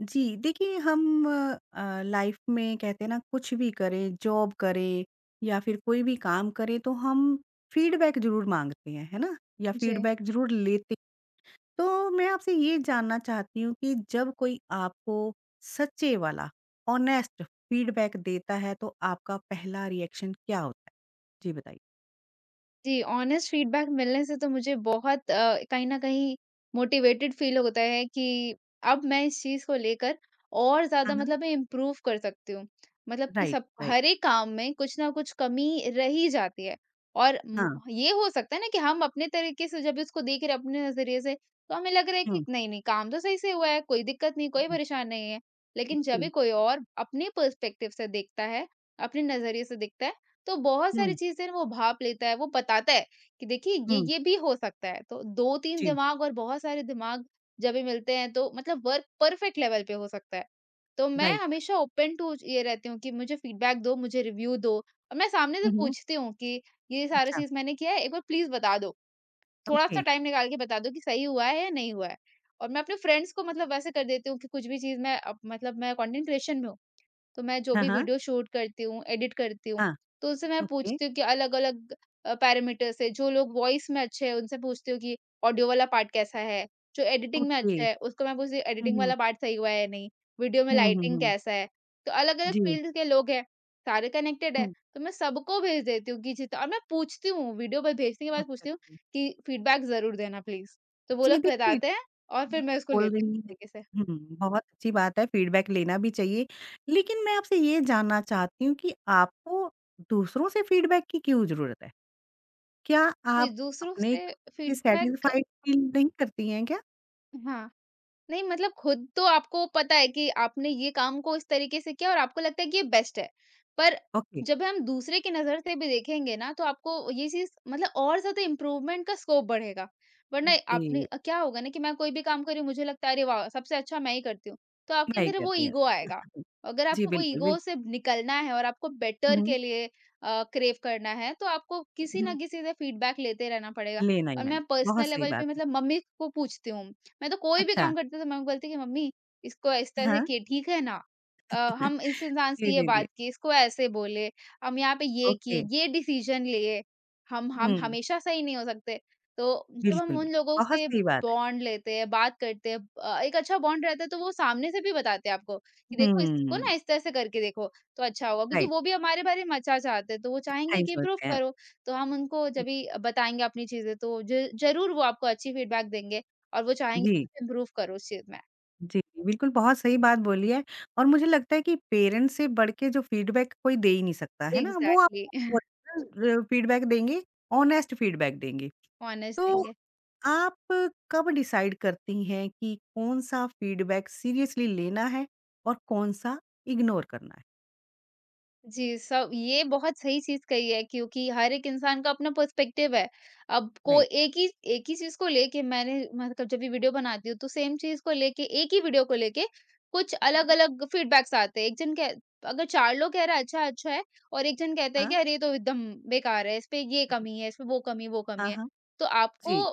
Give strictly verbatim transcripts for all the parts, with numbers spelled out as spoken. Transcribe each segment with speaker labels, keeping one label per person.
Speaker 1: जी, देखिए हम अ, लाइफ में कहते हैं ना कुछ भी करें, जॉब करें या फिर कोई भी काम करें तो हम फीडबैक ज़रूर माँगते हैं, है ना? या
Speaker 2: जी।
Speaker 1: फीडबैक ज़रूर लेते हैं। तो मैं आपसे ये जानना चाहती हूँ कि जब कोई आपको सच्चे वाला, ऑनेस्ट फीडबैक देता है तो आपका पहला रिएक्शन क्या होता है? जी बताइए।
Speaker 2: जी, ऑनेस्ट फीडबैक मिलने से तो मुझे बहुत अ, कहीं न कहीं मोटिवेटेड फ़ील होता है कि अब मैं इस चीज़ को लेकर और
Speaker 1: हाँ,
Speaker 2: ज़्यादा
Speaker 1: हाँ।
Speaker 2: मतलब मैं इम्प्रूव कर सकती हूँ। मतलब कि
Speaker 1: राइट,
Speaker 2: सब
Speaker 1: राइट।
Speaker 2: हर एक काम में कुछ न कुछ कमी रह ही जाती है। और
Speaker 1: हाँ।
Speaker 2: उम, ये हो सकता है ना कि हम अपने तरीके से जब इसको देख रहे हैं अपने नज़रिए से, तो हमें लग रहा है कि
Speaker 1: हुँ,
Speaker 2: नहीं, नहीं, काम तो सही से हुआ है, कोई दिक्कत नहीं, कोई
Speaker 1: हुँ,
Speaker 2: परेशान नहीं है। लेकिन जब भी
Speaker 1: जी।
Speaker 2: कोई और अपने पर्सपेक्टिव से देखता है, अपने नज़रिए से देखता है, तो बहुत सारी
Speaker 1: हुँ,
Speaker 2: चीज़ें वो भाँप लेता है, वो बताता है कि देखिए ये,
Speaker 1: हुँ,
Speaker 2: ये भी हो सकता है। तो दो तीन
Speaker 1: जी,
Speaker 2: दिमाग और बहुत सारे दिमाग जब भी मिलते हैं तो मतलब वर्क परफेक्ट लेवल पे हो सकता है। तो मैं
Speaker 1: राइट।
Speaker 2: हमेशा ओपन टू ये रहती हूँ कि मुझे फीडबैक दो, मुझे रिव्यू दो, और मैं सामने से
Speaker 1: हुँ, हुँ।
Speaker 2: पूछती हूँ कि ये सारी
Speaker 1: अच्छा,
Speaker 2: चीज़ मैंने किया है, एक बार प्लीज़ बता दो।
Speaker 1: ओके।
Speaker 2: थोड़ा-सा टाइम निकाल के बता दो कि सही हुआ है या नहीं हुआ है। और मैं अपने फ्रेंड्स को मतलब वैसे कर देती हूँ कि कुछ भी चीज़ मैं अप मतलब मैं कंटेंट क्रिएशन में हूँ। तो मैं जो
Speaker 1: हाँ,
Speaker 2: भी
Speaker 1: हाँ।
Speaker 2: वीडियो शूट करती हूँ, एडिट करती हूँ,
Speaker 1: हाँ।
Speaker 2: तो उनसे मैं
Speaker 1: ओके,
Speaker 2: पूछती हूँ कि अलग-अलग अ, पैरामीटर्स है, जो लोग वॉइस में अच्छे हैं, उनसे पूछती हूँ कि ऑडियो वाला पार्ट कैसा है? जो एडिटिंग में
Speaker 1: ओके।
Speaker 2: अच्छा है, उसको मैं पूछती हूँ
Speaker 1: हुँ,
Speaker 2: एडिटिंग
Speaker 1: हुँ।
Speaker 2: वाला पार्ट सही हुआ है या नहीं? वीडियो में
Speaker 1: हुँ, हुँ,
Speaker 2: लाइटिंग
Speaker 1: हुँ।
Speaker 2: कैसा है? तो अलग-अलग
Speaker 1: जी।
Speaker 2: फ़ील्ड के लोग हैं, सारे कनेक्टेड है,
Speaker 1: हुँ,
Speaker 2: तो मैं सबको भेज देती हूँ कि जितना, और मैं पूछती हूँ, वीडियो पे भेजने के बाद
Speaker 1: ओके,
Speaker 2: पूछती हूँ
Speaker 1: ओके।
Speaker 2: कि फीडबैक ज़रूर देना प्लीज़। तो वो
Speaker 1: जी,
Speaker 2: लोग
Speaker 1: देखिए ठीक
Speaker 2: बताते हैं और
Speaker 1: है,
Speaker 2: फिर मैं उसको
Speaker 1: बोल
Speaker 2: लेती
Speaker 1: रही हैं।
Speaker 2: हूँ इस तरीके से।
Speaker 1: हुँ, बहुत अच्छी बात है, फ़ीडबैक लेना भी चाहिए। लेकिन मैं आपसे ये जानना चाहती हूँ कि आपको दूसरों से फ़ीडबैक की क्यों ज़रूरत है? क्या
Speaker 2: जी,
Speaker 1: आप
Speaker 2: दूसरों
Speaker 1: अपने
Speaker 2: से
Speaker 1: से
Speaker 2: फीडबैक।
Speaker 1: सैटिस्फाइड फ़ील नहीं करती हैं क्या?
Speaker 2: हाँ। नहीं, मतलब खुद तो आपको पता है कि आपने ये काम को इस तरीके से किया और आपको लगता है कि ये बेस्ट है। पर
Speaker 1: ओके,
Speaker 2: जब हम दूसरे की नज़र से भी देखेंगे ना, तो आपको ये चीज़ मतलब और ज़्यादा इम्प्रूवमेंट का स्कोप बढ़ेगा। वरना
Speaker 1: ओके,
Speaker 2: आपने अ, क्या होगा ना कि मैं कोई भी काम कर रही हूँ, मुझे लगता है अरे वाह! सबसे अच्छा मैं ही करती हूँ। तो आपके
Speaker 1: नहीं
Speaker 2: अंदर वो
Speaker 1: करती हैं।
Speaker 2: ईगो आएगा।
Speaker 1: हुँ।
Speaker 2: अगर
Speaker 1: जी,
Speaker 2: आपको वो
Speaker 1: बिल्कुल,
Speaker 2: ईगो से
Speaker 1: बिल्कुल।
Speaker 2: निकलना है और आपको
Speaker 1: हुँ,
Speaker 2: बेटर
Speaker 1: हुँ।
Speaker 2: के लिए अ, क्रेव करना है, तो आपको किसी
Speaker 1: हुँ,
Speaker 2: ना
Speaker 1: हुँ।
Speaker 2: किसी से फीडबैक लेते रहना पड़ेगा।
Speaker 1: लेना ही
Speaker 2: और
Speaker 1: लेना।
Speaker 2: मैं
Speaker 1: बहुत
Speaker 2: पर्सनल
Speaker 1: सही
Speaker 2: लेवल पे
Speaker 1: बात है।
Speaker 2: मतलब मम्मी को पूछती हूँ। मैं तो कोई भी
Speaker 1: अच्छा,
Speaker 2: काम करते थे मम्मी बोलती कि मम्मी, इसको इस तरह
Speaker 1: हाँ।
Speaker 2: से किए ठीक है ना, अ, हम इस इंसान से
Speaker 1: जी,
Speaker 2: ये
Speaker 1: जी, जी।
Speaker 2: बात की, इसको ऐसे बोले, हम यहाँ पे ये
Speaker 1: ओके।
Speaker 2: किए, ये डिसीजन लिए। हम हम
Speaker 1: हुँ,
Speaker 2: हमेशा सही नहीं हो सकते। तो जब
Speaker 1: बिल्कुल,
Speaker 2: हम उन लोगों
Speaker 1: बिल्कुल। बहुत
Speaker 2: से
Speaker 1: सही बात है।
Speaker 2: बॉन्ड लेते हैं, बात करते हैं, अ, एक अच्छा बॉन्ड रहता है, तो वो सामने से भी बताते हैं आपको कि देखो इसको
Speaker 1: हुँ,
Speaker 2: ना इस तरह से करके देखो तो अच्छा होगा, क्योंकि
Speaker 1: राइट,
Speaker 2: वो भी हमारे बारे में अच्छा चाहते हैं तो वो
Speaker 1: अच्छा
Speaker 2: चाहेंगे
Speaker 1: ही
Speaker 2: कि इम्प्रूव
Speaker 1: सोचते हैं।
Speaker 2: करो। तो हम उनको
Speaker 1: हुँ,
Speaker 2: जब भी बताएंगे अपनी चीजें तो ज- जरूर वो आपको अच्छी फीडबैक देंगे और वो चाहेंगे
Speaker 1: जी,
Speaker 2: इम्प्रूव करो उस चीज़ में।
Speaker 1: जी, बिल्कुल बहुत सही बात बोली है। और मुझे लगता है कि पेरेंट्स से बढ़ के जो फीडबैक कोई दे ही नहीं सकता, है ना? वो
Speaker 2: एग्ज़ैक्टली।
Speaker 1: आपको ओरिजिनल अ, फीडबैक देंगे, ऑनेस्ट फीडबैक देंगे।
Speaker 2: ऑनेस्ट
Speaker 1: तो
Speaker 2: थिंग।
Speaker 1: आप कब डिसाइड करती हैं कि कौन-सा फीडबैक सीरियसली लेना है और कौन-सा इग्नोर करना है?
Speaker 2: जी, सब ये बहुत सही चीज़ कही है, क्योंकि हर एक इंसान का अपना पर्सपेक्टिव है। अब को
Speaker 1: राइट।
Speaker 2: एक ही एक ही चीज़ को लेके मैंने मतलब जब भी वीडियो बनाती हूँ, तो सेम चीज़ को लेके एक ही वीडियो को लेके कुछ अलग-अलग फीडबैक्स आते हैं। एक जन कह, अगर चार लोग कह रहा है अच्छा, अच्छा है और एक जन कहता है कि
Speaker 1: हाँ,
Speaker 2: अरे ये तो एकदम बेकार है, इस पे ये कमी है, इसमें वो कमी, वो कमी
Speaker 1: हाँ,
Speaker 2: है।
Speaker 1: हाँ।
Speaker 2: तो आपको
Speaker 1: जी,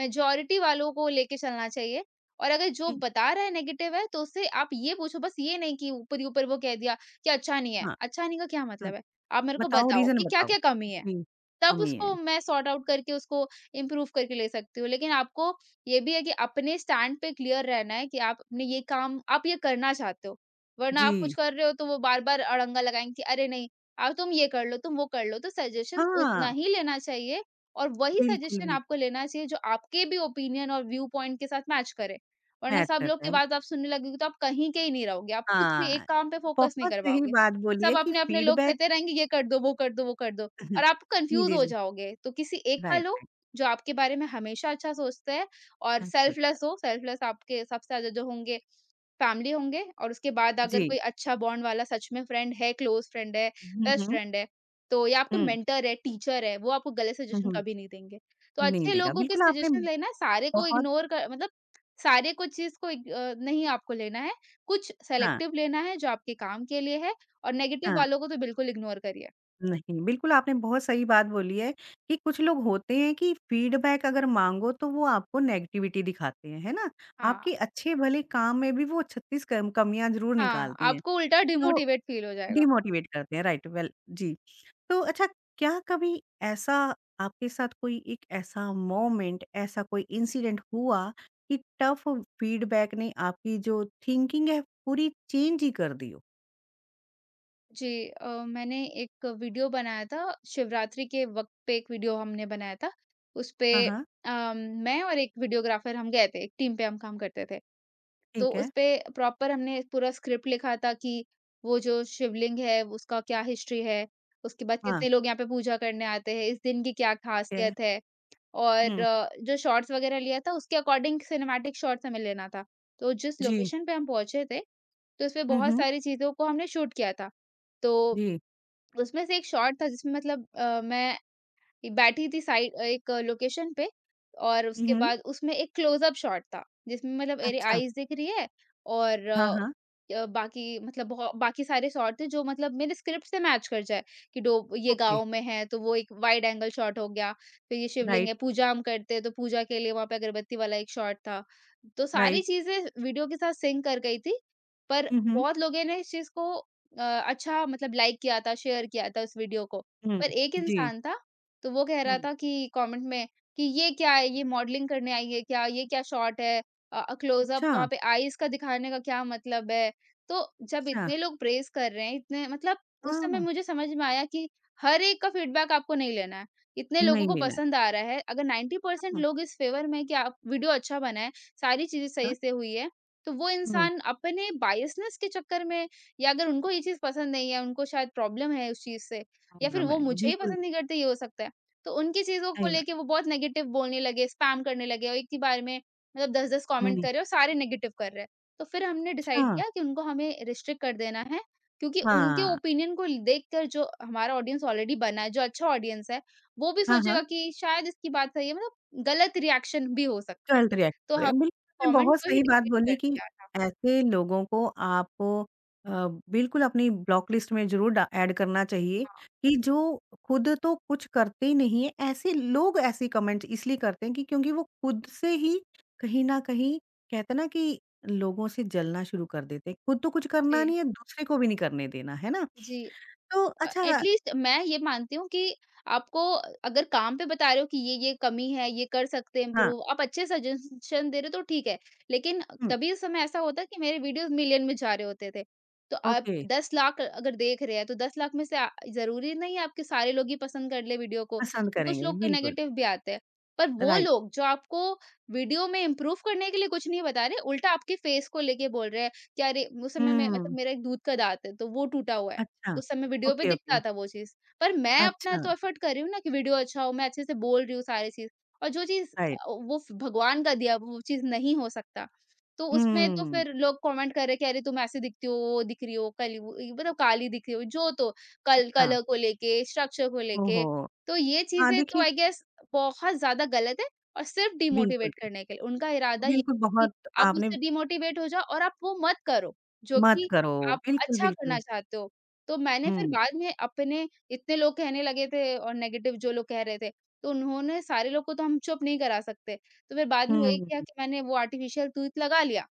Speaker 2: मेजॉरिटी वालों को लेके चलना चाहिए, और अगर जो
Speaker 1: हुँ,
Speaker 2: बता रहा है नेगेटिव है, तो उससे आप ये पूछो, बस ये नहीं कि ऊपर ही ऊपर वो कह दिया कि अच्छा नहीं है,
Speaker 1: हाँ,
Speaker 2: अच्छा नहीं का क्या
Speaker 1: हाँ।
Speaker 2: मतलब है? आप मेरे को
Speaker 1: बताओ
Speaker 2: बताओ
Speaker 1: रीज़न
Speaker 2: कि
Speaker 1: बताओ?
Speaker 2: क्या-क्या कमी है?
Speaker 1: जी,
Speaker 2: तब
Speaker 1: कमी है।
Speaker 2: उसको मैं सॉर्ट आउट करके उसको इम्प्रूव करके ले सकती हूँ। लेकिन आपको ये भी है कि अपने स्टैंड पे क्लियर रहना है कि आप अपने ये काम आप ये करना चाहते हो। वरना आप कुछ
Speaker 1: जी,
Speaker 2: कर रहे हो तो वो बार-बार अड़ंगा लगाएँगे कि अरे नहीं, अब तुम ये कर लो, तुम वो कर लो। तो सजेशंस उतना
Speaker 1: हाँ,
Speaker 2: ही लेना चाहिए, और वही
Speaker 1: बिल्कुल,
Speaker 2: सजेशन आपको
Speaker 1: बिल्कुल
Speaker 2: लेना चाहिए जो आपके भी ओपिनियन और व्यू पॉइंट के साथ मैच करे। वरना
Speaker 1: मैच
Speaker 2: सब लोग
Speaker 1: करता
Speaker 2: की
Speaker 1: है।
Speaker 2: बात आप सुनने लगोगे तो आप कहीं के ही नहीं रहोगे। आप कुछ भी
Speaker 1: हाँ,
Speaker 2: एक काम पे फोकस नहीं
Speaker 1: बहुत
Speaker 2: कर
Speaker 1: सही
Speaker 2: पाओगे।
Speaker 1: बात बोली है
Speaker 2: सब
Speaker 1: कि
Speaker 2: अपने-अपने लोग
Speaker 1: फीडबैक
Speaker 2: कहते रहेंगे ये कर दो, वो कर दो, वो कर दो। और आप
Speaker 1: जी,
Speaker 2: कन्फ्यूज़
Speaker 1: जी,
Speaker 2: हो
Speaker 1: जी,
Speaker 2: जाओगे। तो किसी एक का
Speaker 1: राइट,
Speaker 2: लो,
Speaker 1: राइट,
Speaker 2: जो आपके बारे में हमेशा अच्छा सोचता है और
Speaker 1: महसूस होता
Speaker 2: सेल्फलेस
Speaker 1: है।
Speaker 2: हो। सेल्फलेस आपके सबसे ज़्यादा जो होंगे फैमिली होंगे, और उसके बाद अगर
Speaker 1: जी,
Speaker 2: कोई अच्छा बॉन्ड वाला सच में फ्रेंड है, क्लोज़ फ्रेंड है,
Speaker 1: हुँ,
Speaker 2: बेस्ट
Speaker 1: हुँ,
Speaker 2: फ्रेंड है, तो, या आपके
Speaker 1: हुँ,
Speaker 2: मेंटर है, टीचर है, वो आपको गलत
Speaker 1: हुँ,
Speaker 2: सजेशन
Speaker 1: हुँ,
Speaker 2: कभी नहीं देंगे। तो
Speaker 1: नहीं
Speaker 2: अच्छे
Speaker 1: देगा,
Speaker 2: लोगों के
Speaker 1: बिल्कुल आपने
Speaker 2: सजेशन लेना है, सारे को
Speaker 1: बहुत
Speaker 2: इग्नोर कर मतलब सारे को चीज़ को इग अ, नहीं आपको लेना है, कुछ
Speaker 1: हाँ,
Speaker 2: सेलेक्टिव लेना है जो आपके काम के लिए है, और नेगेटिव
Speaker 1: हाँ,
Speaker 2: वालों को तो बिल्कुल इग्नोर करिए।
Speaker 1: नहीं, बिल्कुल आपने बहुत सही बात बोली है कि कुछ लोग होते हैं कि फीडबैक अगर माँगो तो वो आपको नेगेटिविटी दिखाते हैं, है ना?
Speaker 2: हाँ।
Speaker 1: आपके अच्छे भले काम में भी वो छत्तीस कम कमियाँ ज़रूर
Speaker 2: हाँ,
Speaker 1: निकालते हैं।
Speaker 2: आपको उल्टा
Speaker 1: तो
Speaker 2: डिमोटिवेट फ़ील हो जाएगा।
Speaker 1: डिमोटिवेट करते हैं, राइट वेल जी। तो अच्छा क्या कभी ऐसा आपके साथ कोई एक ऐसा मोमेंट, ऐसा कोई इंसिडेंट हुआ कि टफ फीडबैक ने आपकी जो थिंकिंग है पूरी चेंज ही कर दी हो?
Speaker 2: जी, अ, मैंने एक वीडियो बनाया था, शिवरात्रि के वक़्त पे एक वीडियो हमने बनाया था। उसपे
Speaker 1: हाँ, हाँ,
Speaker 2: अ, मैं और एक वीडियोग्राफ़र हम गए थे, एक टीम पे हम काम करते थे। तो
Speaker 1: ठीक है।
Speaker 2: उसपे प्रॉपर हमने पूरा स्क्रिप्ट लिखा था कि वो जो शिवलिंग है उसका क्या हिस्ट्री है, उसके बाद
Speaker 1: हाँ,
Speaker 2: कितने लोग यहाँ पे पूजा करने आते हैं, इस दिन की क्या
Speaker 1: ठीक है।
Speaker 2: खासियत है। और
Speaker 1: हुँ,
Speaker 2: अ, जो शॉट्स वगैरह लिया था उसके अकॉर्डिंग सिनेमैटिक शॉट्स हमें लेना था। तो जिस
Speaker 1: जी।
Speaker 2: लोकेशन पे हम पहुँचे थे, तो उसमें
Speaker 1: हुँ,
Speaker 2: बहुत
Speaker 1: हुँ,
Speaker 2: सारी चीज़ों को हमने शूट किया था। तो
Speaker 1: जी।
Speaker 2: उसमें से एक शॉट था जिसमें मतलब अ, मैं बैठी थी साइड एक लोकेशन पे, और
Speaker 1: हुँ,
Speaker 2: उसके
Speaker 1: हुँ,
Speaker 2: बाद उसमें एक क्लोज़अप शॉट था, जिसमें मतलब मेरी
Speaker 1: अच्छा।
Speaker 2: आईज़ दिख रही है, और
Speaker 1: हाँ,
Speaker 2: अ,
Speaker 1: हाँ,
Speaker 2: अ, बाकी मतलब बहु बाकी सारे शॉट थे जो मतलब मेरे स्क्रिप्ट से मैच कर जाए, कि डो ये
Speaker 1: ओके।
Speaker 2: गाँव में है तो वो एक वाइड एंगल शॉट हो गया, फिर ये शिवलिंग
Speaker 1: राइट,
Speaker 2: है, पूजा हम करते हैं तो पूजा के लिए वहाँ पे अगरबत्ती वाला एक शॉट था। तो सारी
Speaker 1: राइट।
Speaker 2: चीज़ें वीडियो के साथ सिंक कर गई थी, पर
Speaker 1: हुँ, हुँ,
Speaker 2: बहुत लोगों ने इस चीज़ को अ, अच्छा मतलब लाइक किया था, शेयर किया था उस वीडियो को।
Speaker 1: हुँ,
Speaker 2: पर एक
Speaker 1: जी।
Speaker 2: इंसान था, तो वो कह रहा
Speaker 1: हुँ,
Speaker 2: था कि कमेंट में कि ये क्या है? ये मॉडलिंग करने आई है क्या? ये क्या शॉट है? अ अ, क्लोज़अप
Speaker 1: अच्छा,
Speaker 2: वहाँ पे आईज़ का दिखाने का क्या मतलब है? तो जब
Speaker 1: अच्छा।
Speaker 2: इतने लोग प्रेज़ कर रहे हैं, इतने मतलब, उस समय
Speaker 1: हाँ,
Speaker 2: मुझे समझ में आया कि हर एक का फीडबैक आपको नहीं लेना है। इतने लोगों
Speaker 1: नहीं
Speaker 2: को
Speaker 1: लेना है।
Speaker 2: पसंद आ रहा है, अगर नाइन्टी परसेंट
Speaker 1: हाँ,
Speaker 2: लोग इस फ़ेवर में हैं कि आप वीडियो अच्छा बना है, सारी चीज़ें
Speaker 1: हाँ,
Speaker 2: सही से हुई है, तो वो
Speaker 1: हुँ,
Speaker 2: इंसान अपने बायसनेस के चक्कर में, या अगर उनको ये चीज़ पसंद नहीं है, उनको शायद प्रॉब्लम है उस चीज़ से, या फिर
Speaker 1: प्रॉब्लम है,
Speaker 2: वो मुझे ही
Speaker 1: बिल्कुल।
Speaker 2: पसंद नहीं करते, ये हो सकता है। तो उनकी चीज़ों को
Speaker 1: सही बात।
Speaker 2: लेके वो बहुत नेगेटिव बोलने लगे, स्पैम करने लगे, और एक ही बार में मतलब दस दस कमेंट
Speaker 1: हुँ,
Speaker 2: कर रहे हैं और सारे नेगेटिव कर रहे हैं। तो फिर हमने
Speaker 1: अच्छा,
Speaker 2: डिसाइड किया कि उनको हमें रिस्ट्रिक्ट कर देना है, क्योंकि उनके
Speaker 1: हाँ।
Speaker 2: ओपिनियन को देखकर जो हमारा ऑडियंस ऑलरेडी बना है, जो अच्छा ऑडियंस है, वो भी
Speaker 1: हाँ, हाँ,
Speaker 2: सोचेगा कि शायद इसकी बात सही है मतलब गलत रिएक्शन भी हो सकता है।
Speaker 1: तुरंत रिएक्ट
Speaker 2: तो हम
Speaker 1: पड़ेगा। बिल्कुल, आपने
Speaker 2: कमेंट
Speaker 1: बहुत
Speaker 2: को ही
Speaker 1: सही बात
Speaker 2: डिलीट कर
Speaker 1: बोली कि
Speaker 2: दिया था।
Speaker 1: ऐसे लोगों को आपको अ, बिल्कुल अपनी ब्लॉक लिस्ट में ज़रूर डा ऐड करना चाहिए
Speaker 2: हाँ,
Speaker 1: कि जो खुद तो कुछ करते ही नहीं है, ऐसे लोग ऐसे कमेंट्स इसलिए करते हैं कि क्योंकि वो खुद से ही कहीं न कहीं कहते हैं ना कि लोगों से जलना शुरू कर देते हैं। खुद तो कुछ करना
Speaker 2: जी,
Speaker 1: नहीं है, दूसरे को भी नहीं करने देना, है ना?
Speaker 2: जी।
Speaker 1: तो अच्छा
Speaker 2: एटलीस्ट मैं ये मानती हूँ कि आपको अगर काम पे बता रहे हो कि ये ये कमी है, ये कर सकते हैं
Speaker 1: हाँ,
Speaker 2: इम्प्रूव, आप अच्छे सजेशन दे रहे हो तो ठीक है, लेकिन
Speaker 1: हुँ,
Speaker 2: तभी उस समय ऐसा होता कि मेरे वीडियोस मिलियन में जा रहे होते थे। तो आप
Speaker 1: ओके,
Speaker 2: दस लाख अगर देख रहे हैं, तो दस लाख में से आ- जरूरी नहीं है आपके सारे लोग ही पसंद कर ले वीडियो को।
Speaker 1: पसंद
Speaker 2: तो कुछ
Speaker 1: करेंगे,
Speaker 2: लोग के
Speaker 1: बिल्कुल,
Speaker 2: नेगेटिव भी आते हैं, पर वो
Speaker 1: राइट।
Speaker 2: लोग जो आपको वीडियो में इम्प्रूव करने के लिए कुछ नहीं बता रहे, उल्टा आपके फेस को लेके बोल रहे हैं कि अरे उस समय में मतलब
Speaker 1: हम्म,
Speaker 2: मेरा एक दूध का दांत है तो वो टूटा हुआ है,
Speaker 1: अच्छा.
Speaker 2: उस समय वीडियो पे
Speaker 1: ओके,
Speaker 2: दिखता
Speaker 1: ओके.
Speaker 2: था वो चीज़। पर मैं अपना
Speaker 1: अच्छा,
Speaker 2: तो एफर्ट कर रही हूँ ना कि वीडियो अच्छा हो, मैं अच्छे से बोल रही हूँ सारी चीज़, और जो चीज़
Speaker 1: राइट.
Speaker 2: अ, वो फ भगवान का दिया वो चीज़ नहीं हो सकता। तो उसमें तो
Speaker 1: हम्म,
Speaker 2: फिर लोग कमेंट कर रहे कि अरे तुम ऐसी दिखती हो, वो दिख रही हो, कली वो ये मतलब काली दिख रही हो, जो तो कल
Speaker 1: अच्छा.
Speaker 2: कलर को लेके, स्ट्रक्चर को लेके।
Speaker 1: ओहो!
Speaker 2: तो ये
Speaker 1: हाँ,
Speaker 2: चीज़ें तो
Speaker 1: देखिए
Speaker 2: आई गेस बहुत ज़्यादा गलत है और सिर्फ़
Speaker 1: बिल्कुल,
Speaker 2: डिमोटिवेट करने के लिए। उनका इरादा ये
Speaker 1: बिल्कुल
Speaker 2: है कि
Speaker 1: बहुत
Speaker 2: आप
Speaker 1: आपने
Speaker 2: उससे डिमोटिवेट हो जाओ और आप वो मत करो, जो
Speaker 1: मत
Speaker 2: कि
Speaker 1: करो,
Speaker 2: आप
Speaker 1: बिल्कुल,
Speaker 2: अच्छा करना
Speaker 1: बिल्कुल.
Speaker 2: चाहते हो। तो मैंने फिर
Speaker 1: हुँ,
Speaker 2: बाद में अपने इतने लोग कहने लगे थे और नेगेटिव जो लोग कह रहे थे, तो उन्होंने सारे लोग को तो हम चुप नहीं करा सकते। तो फिर बाद में वही
Speaker 1: हुँ,
Speaker 2: किया कि मैंने वो आर्टिफ़िशियल टूथ लगा लिया,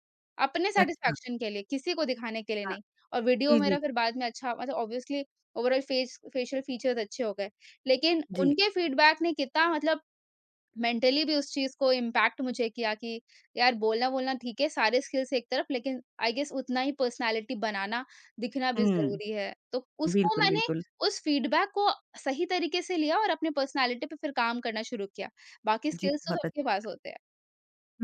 Speaker 2: अपने
Speaker 1: अच्छा.
Speaker 2: सैटिस्फैक्शन के लिए, किसी को दिखाने के लिए
Speaker 1: हाँ,
Speaker 2: नहीं। और वीडियो
Speaker 1: जी, जी,
Speaker 2: मेरा फिर
Speaker 1: जी.
Speaker 2: बाद में अच्छा मतलब obviously overall face facial features अच्छे हो गए। लेकिन
Speaker 1: जी,
Speaker 2: उनके फीडबैक ने कितना मतलब मेंटली भी उस चीज़ को इम्पैक्ट मुझे किया कि यार बोलना बोलना ठीक है सारे स्किल्स एक तरफ लेकिन आई गेस उतना ही पर्सनालिटी बनाना दिखना भी
Speaker 1: हुँ,
Speaker 2: जरूरी है तो उसको
Speaker 1: बिल्कुल,
Speaker 2: मैंने
Speaker 1: बिल्कुल.
Speaker 2: उस फीडबैक को सही तरीके से लिया और अपने पर्सनालिटी पे फिर काम करना शुरू किया बाकी
Speaker 1: जी,
Speaker 2: स्किल्स तो
Speaker 1: बहुत
Speaker 2: सबके पास होते हैं।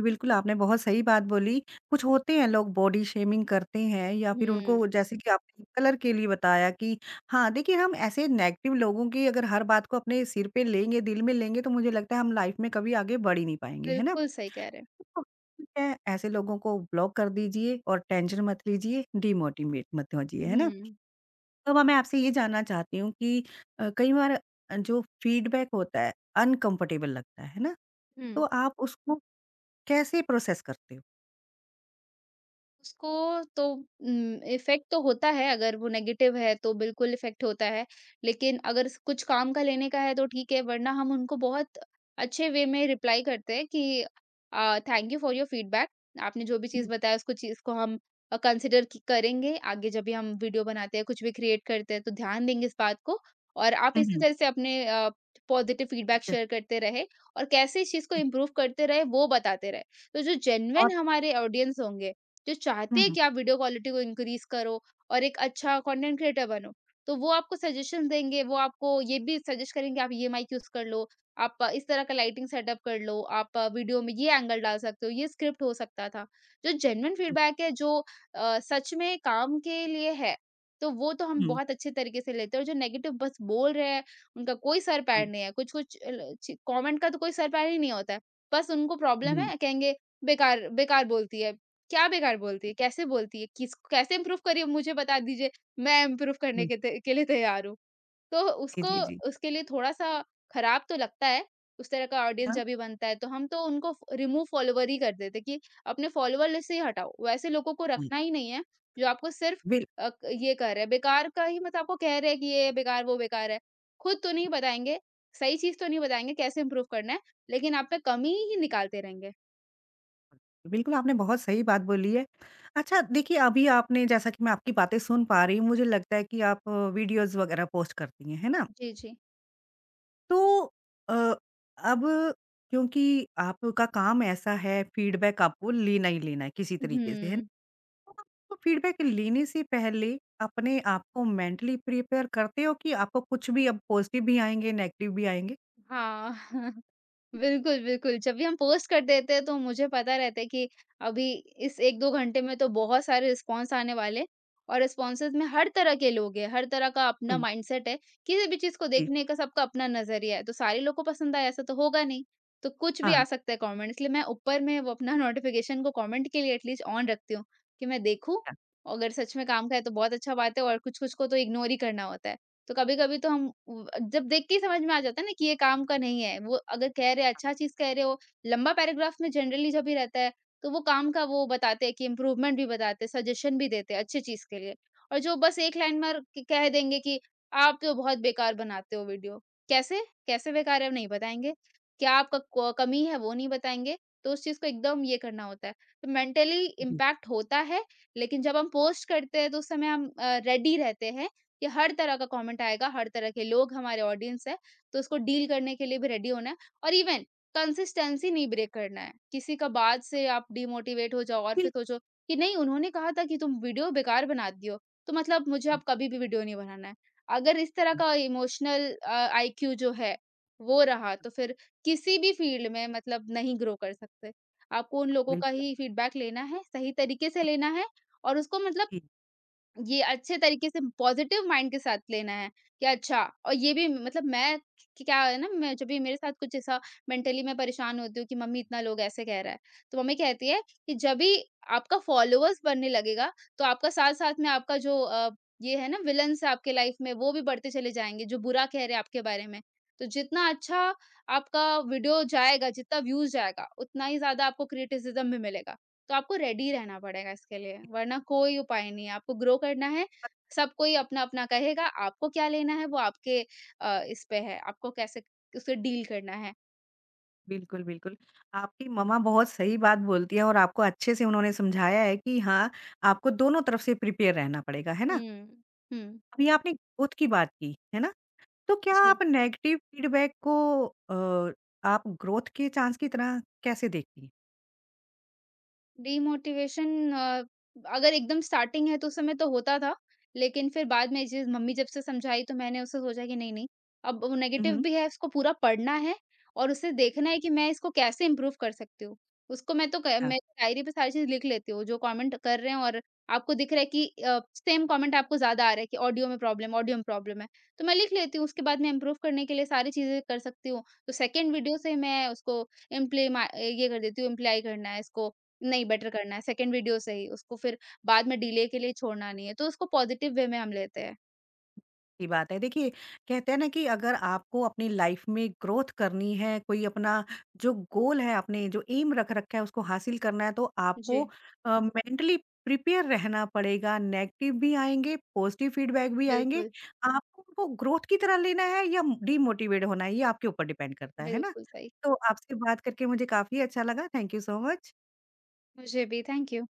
Speaker 1: बिल्कुल, आपने बहुत सही बात बोली। कुछ होते हैं लोग बॉडी शेमिंग करते हैं या फिर
Speaker 2: हम्म,
Speaker 1: उनको जैसे कि आपने कलर के लिए बताया कि हाँ, देखिए हम ऐसे नेगेटिव लोगों की अगर हर बात को अपने सिर पे लेंगे, दिल में लेंगे तो मुझे लगता है हम लाइफ़ में कभी आगे बढ़ ही नहीं पाएँगे, है ना?
Speaker 2: बिल्कुल सही कह रहे हैं।
Speaker 1: तो ठीक है, ऐसे लोगों को ब्लॉक कर दीजिए और टेंशन मत लीजिए, डिमोटिवेट मत होजिए, है ना?
Speaker 2: हम्म
Speaker 1: तो अब मैं आपसे ये जानना चाहती हूँ कि अ, कई बार अ, जो फीडबैक होता है अनकम्फर्टेबल लगता है, है ना? तो
Speaker 2: हम्म
Speaker 1: आप उसको कैसे प्रोसेस करते
Speaker 2: उसको तो उम, इफ़ेक्ट तो होता है, अगर वो नेगेटिव है तो बिल्कुल इफ़ेक्ट होता है। लेकिन अगर स कुछ काम का लेने का है तो ठीक है, वरना हम उनको बहुत अच्छे वे में रिप्लाई करते हैं कि अ, thank you for your feedback. आपने जो भी
Speaker 1: हो?
Speaker 2: चीज़ बताया उसको चीज़ को हम अ, कंसीडर क करेंगे। आगे जब भी हम वीडियो बनाते हैं, कुछ भी क्रिएट करते हैं तो ध्यान देंगे इस बात को और आप
Speaker 1: हुँ,
Speaker 2: इसी
Speaker 1: हुँ।
Speaker 2: तरह से अपने अ, पॉज़िटिव फीडबैक
Speaker 1: अच्छा,
Speaker 2: शेयर करते रहे और कैसे इस चीज़ को
Speaker 1: अच्छा
Speaker 2: इम्प्रूव करते रहे, वो बताते रहे। तो जो
Speaker 1: और
Speaker 2: जेन्युइन हमारे ऑडियंस होंगे जो
Speaker 1: हुँ,
Speaker 2: चाहते हैं
Speaker 1: हुँ,
Speaker 2: कि आप वीडियो क्वालिटी को इंक्रीज़ करो और एक अच्छा कंटेंट क्रिएटर बनो। तो वो आपको सजेशंस देंगे, वो आपको ये भी सजेस्ट करेंगे आप ये माइक यूज़ कर लो, आप इस तरह का लाइटिंग सेटअप कर लो, आप वीडियो में ये एंगल डाल सकते हो, ये स्क्रिप्ट हो सकता था। जो जेन्युइन
Speaker 1: जी,
Speaker 2: फीडबैक है जो अ, सच में काम के लिए है, तो वो तो हम
Speaker 1: हुँ,
Speaker 2: बहुत अच्छे तरीके से लेते हैं और जो नेगेटिव बस बोल रहे हैं, उनका कोई सर पैर
Speaker 1: हाँ,
Speaker 2: नहीं है। कुछ-कुछ अल ची कमेंट का तो कोई सर पैर ही नहीं होता है। बस उनको प्रॉब्लम
Speaker 1: हुँ,
Speaker 2: है, कहेंगे बेकार बेकार बोलती है। क्या बेकार बोलती है? कैसे बोलती है? किस कैसे इम्प्रूव करी मुझे बता दीजिए, मैं इम्प्रूव करने
Speaker 1: हुँ,
Speaker 2: के त के लिए तैयार हूँ। तो
Speaker 1: जी,
Speaker 2: उसको
Speaker 1: जी, जी।
Speaker 2: उसके लिए थोड़ा-सा खराब तो लगता है, उस तरह का ऑडियंस
Speaker 1: हाँ,
Speaker 2: जब भी बनता है, तो हम तो उनको फ रिमूव फॉलोवर ही कर देते कि अपने फॉलोवर लिस्ट से ही हटाओ। वैसे लोगों को
Speaker 1: हुँ,
Speaker 2: रखना ही नहीं है, जो आपको सिर्फ़
Speaker 1: बिल्कुल,
Speaker 2: अ, क ये कह रहे हैं, बेकार का ही मतलब आपको कह रहे हैं कि ये बेकार, वो बेकार है। खुद तो नहीं बताएँगे, सही चीज़ तो नहीं बताएँगे, कैसे इम्प्रूव करना है, लेकिन आप पे कमी ही निकालते रहेंगे।
Speaker 1: बिल्कुल आपने बहुत सही बात बोली है। अच्छा देखिए अभी आपने जैसा कि मैं आपकी बातें सुन पा रही हूँ, मुझे लगता है कि आप वीडियोज़ वगैरह पोस्ट करती हैं, है ना?
Speaker 2: जी, जी।
Speaker 1: तो अ, अब क्योंकि आपका काम ऐसा है फीडबैक आपको लेना ही लेना है किसी तरीके से, है ना?
Speaker 2: हुँ।
Speaker 1: तो फीडबैक लेने से पहले अपने आप को मेंटली प्रिपेयर करते हो कि आपको कुछ भी अब पॉजिटिव भी आएँगे, नेगेटिव भी आएँगे?
Speaker 2: हाँ बिल्कुल, बिल्कुल। जब भी हम पोस्ट कर देते हैं तो मुझे पता रहता है कि अभी इस एक दो घंटे में तो बहुत सारे रिस्पॉन्स आने वाले हैं और रिस्पॉन्सेज़ में हर तरह के लोग हैं, हर तरह का अपना
Speaker 1: हुँ,
Speaker 2: माइंडसेट है। किसी भी चीज़ को
Speaker 1: जी,
Speaker 2: देखने का सबका अपना नज़रिया है, तो सारे लोग को पसंद आए ऐसा तो होगा नहीं। तो कुछ भी आ
Speaker 1: हाँ,
Speaker 2: सकता है कमेंट इसलिए मैं ऊपर में वो अपना नोटिफ़िकेशन को कमेंट के लिए एटलीस्ट ऑन रखती हूँ कि मैं देखूँ,
Speaker 1: हाँ,
Speaker 2: अगर सच में काम का है तो बहुत अच्छा बात है और कुछ-कुछ को तो इग्नोर ही करना होता है। तो कभी-कभी तो हम उ जब देख के ही समझ में आ जाता है ना कि ये काम का नहीं है। वो अगर कह रहे हैं अच्छा चीज़ कह रहे हो, लंबा पैराग्राफ में जनरली जब भी रहता है, तो वो काम का वो बताते हैं कि इम्प्रूवमेंट भी बताते हैं, सजेशन भी देते हैं अच्छी चीज़ के लिए। और जो बस एक लाइन में क कह देंगे कि आप तो बहुत बेकार बनाते हो वीडियो। कैसे? कैसे बेकार है? नहीं बताएँगे। क्या आपका क कमी है? वो नहीं बताएँगे। तो उस चीज़ को एकदम ये करना होता है। तो मेंटली
Speaker 1: जी,
Speaker 2: इम्पैक्ट होता है, लेकिन जब हम पोस्ट करते हैं तो उस समय हम अ, रेडी रहते हैं कि हर तरह का कमेंट आएगा, हर तरह के लोग हमारे ऑडियंस है, तो उसको डील करने के लिए भी रेडी होना है और इवन कंसिस्टेंसी नहीं ब्रेक करना है। किसी का बात से आप डिमोटिवेट हो जाओ और
Speaker 1: बिल
Speaker 2: फिर सोचो कि नहीं उन्होंने कहा था कि तुम वीडियो बेकार बनाती हो, तो मतलब मुझे
Speaker 1: हाँ,
Speaker 2: अब कभी भी वीडियो नहीं बनाना है। अगर इस तरह
Speaker 1: हाँ,
Speaker 2: का इमोशनल अ, आईक्यू जो है वो रहा तो फिर किसी भी फील्ड में मतलब नहीं ग्रो कर सकते। आपको उन लोगों का
Speaker 1: बिल्कुल,
Speaker 2: ही फीडबैक लेना है, सही तरीके से लेना है और उसको मतलब
Speaker 1: जी,
Speaker 2: ये अच्छे तरीके से पॉज़िटिव माइंड के साथ लेना है कि अच्छा और ये भी मतलब मैं कि क्या है ना मैं जब भी मेरे साथ कुछ ऐसा मेंटली मैं परेशान होती हूँ कि मम्मी इतना लोग ऐसे कह रहा है। तो मम्मी कहती है कि जब भी आपका फॉलोवर्स बढ़ने लगेगा तो आपका साथ-साथ में आपका जो अ, ये है ना विलन्स आपके लाइफ में वो भी बढ़ते चले जाएँगे जो बुरा कह रहे हैं आपके बारे में। तो जितना अच्छा आपका वीडियो जाएगा, जितना व्यूज़ जाएगा, उतना ही ज़्यादा आपको क्रिटिसिज़्म भी मिलेगा। तो आपको रेडी रहना पड़ेगा इसके लिए, वरना कोई उपाय नहीं है। आपको ग्रो करना है, सब कोई अपना-अपना कहेगा, आपको क्या लेना है वो आपके अ, इस पे है, आपको कैसे उससे डील करना है।
Speaker 1: बिल्कुल, बिल्कुल। आपकी मम्मा बहुत सही बात बोलती है और आपको अच्छे से उन्होंने समझाया है कि हाँ, आपको दोनों तरफ से प्रिपेयर रहना पड़ेगा, है ना?
Speaker 2: हुँ। हुँ।
Speaker 1: अभी आपने ग्रोथ की बात की, है ना? तो क्या आप नेगेटिव फीडबैक को अ, आप ग्रोथ के चांस की तरह कैसे देखती हैं?
Speaker 2: डीमोटिवेशन अ, अगर एकदम स्टार्टिंग है तो उस समय तो होता था। लेकिन फिर बाद में जिस मम्मी जब से समझाई तो मैंने उससे सोचा कि नहीं, नहीं अब वो
Speaker 1: हुँ,
Speaker 2: नेगेटिव
Speaker 1: हुँ।
Speaker 2: भी है उसको पूरा पढ़ना है और उसे देखना है कि मैं इसको कैसे इम्प्रूव कर सकती हूँ। उसको मैं तो क
Speaker 1: हाँ।
Speaker 2: मैं डायरी पे सारी चीज़ लिख लेती हूँ, जो कमेंट कर रहे हैं और आपको दिख रहा है कि अ, सेम कमेंट आपको ज़्यादा आ रहा है कि ऑडियो में प्रॉब्लम ऑडियो में प्रॉब्लम है। तो मैं लिख लेती हूँ उसके बाद मैं इम्प्रूव करने के लिए सारी चीज़ें कर सकती हूँ। तो सेकंड वीडियो से मैं उसको इम्प्लीमा ये कर देती हूँ इम्प्लाई करना है इसको नहीं बेटर करना है सेकंड वीडियो से ही, उसको फिर बाद में डिले के लिए छोड़ना नहीं है, तो उसको पॉजिटिव वे में हम लेते हैं।
Speaker 1: की बात है। देखिए, कहते हैं ना कि अगर आपको अपनी लाइफ़ में ग्रोथ करनी है, कोई अपना जो गोल है, आपने जो एम रख रखा है, उसको हासिल करना है, तो
Speaker 2: जी,
Speaker 1: आपको अ, मेंटली प्रिपेयर रहना पड़ेगा। नेगेटिव भी आएँगे, पॉज़िटिव फीडबैक भी आएँगे।
Speaker 2: बिल्कुल,
Speaker 1: आपको उनको ग्रोथ की तरह लेना है या डिमोटिवेट होना है, ये आपके ऊपर डिपेंड करता है। है ना?
Speaker 2: बिल्कुल सही।
Speaker 1: तो आपसे बात करके मुझे काफ़ी अच्छा लगा। Thank you so much.
Speaker 2: मुझे भी थैंक यू।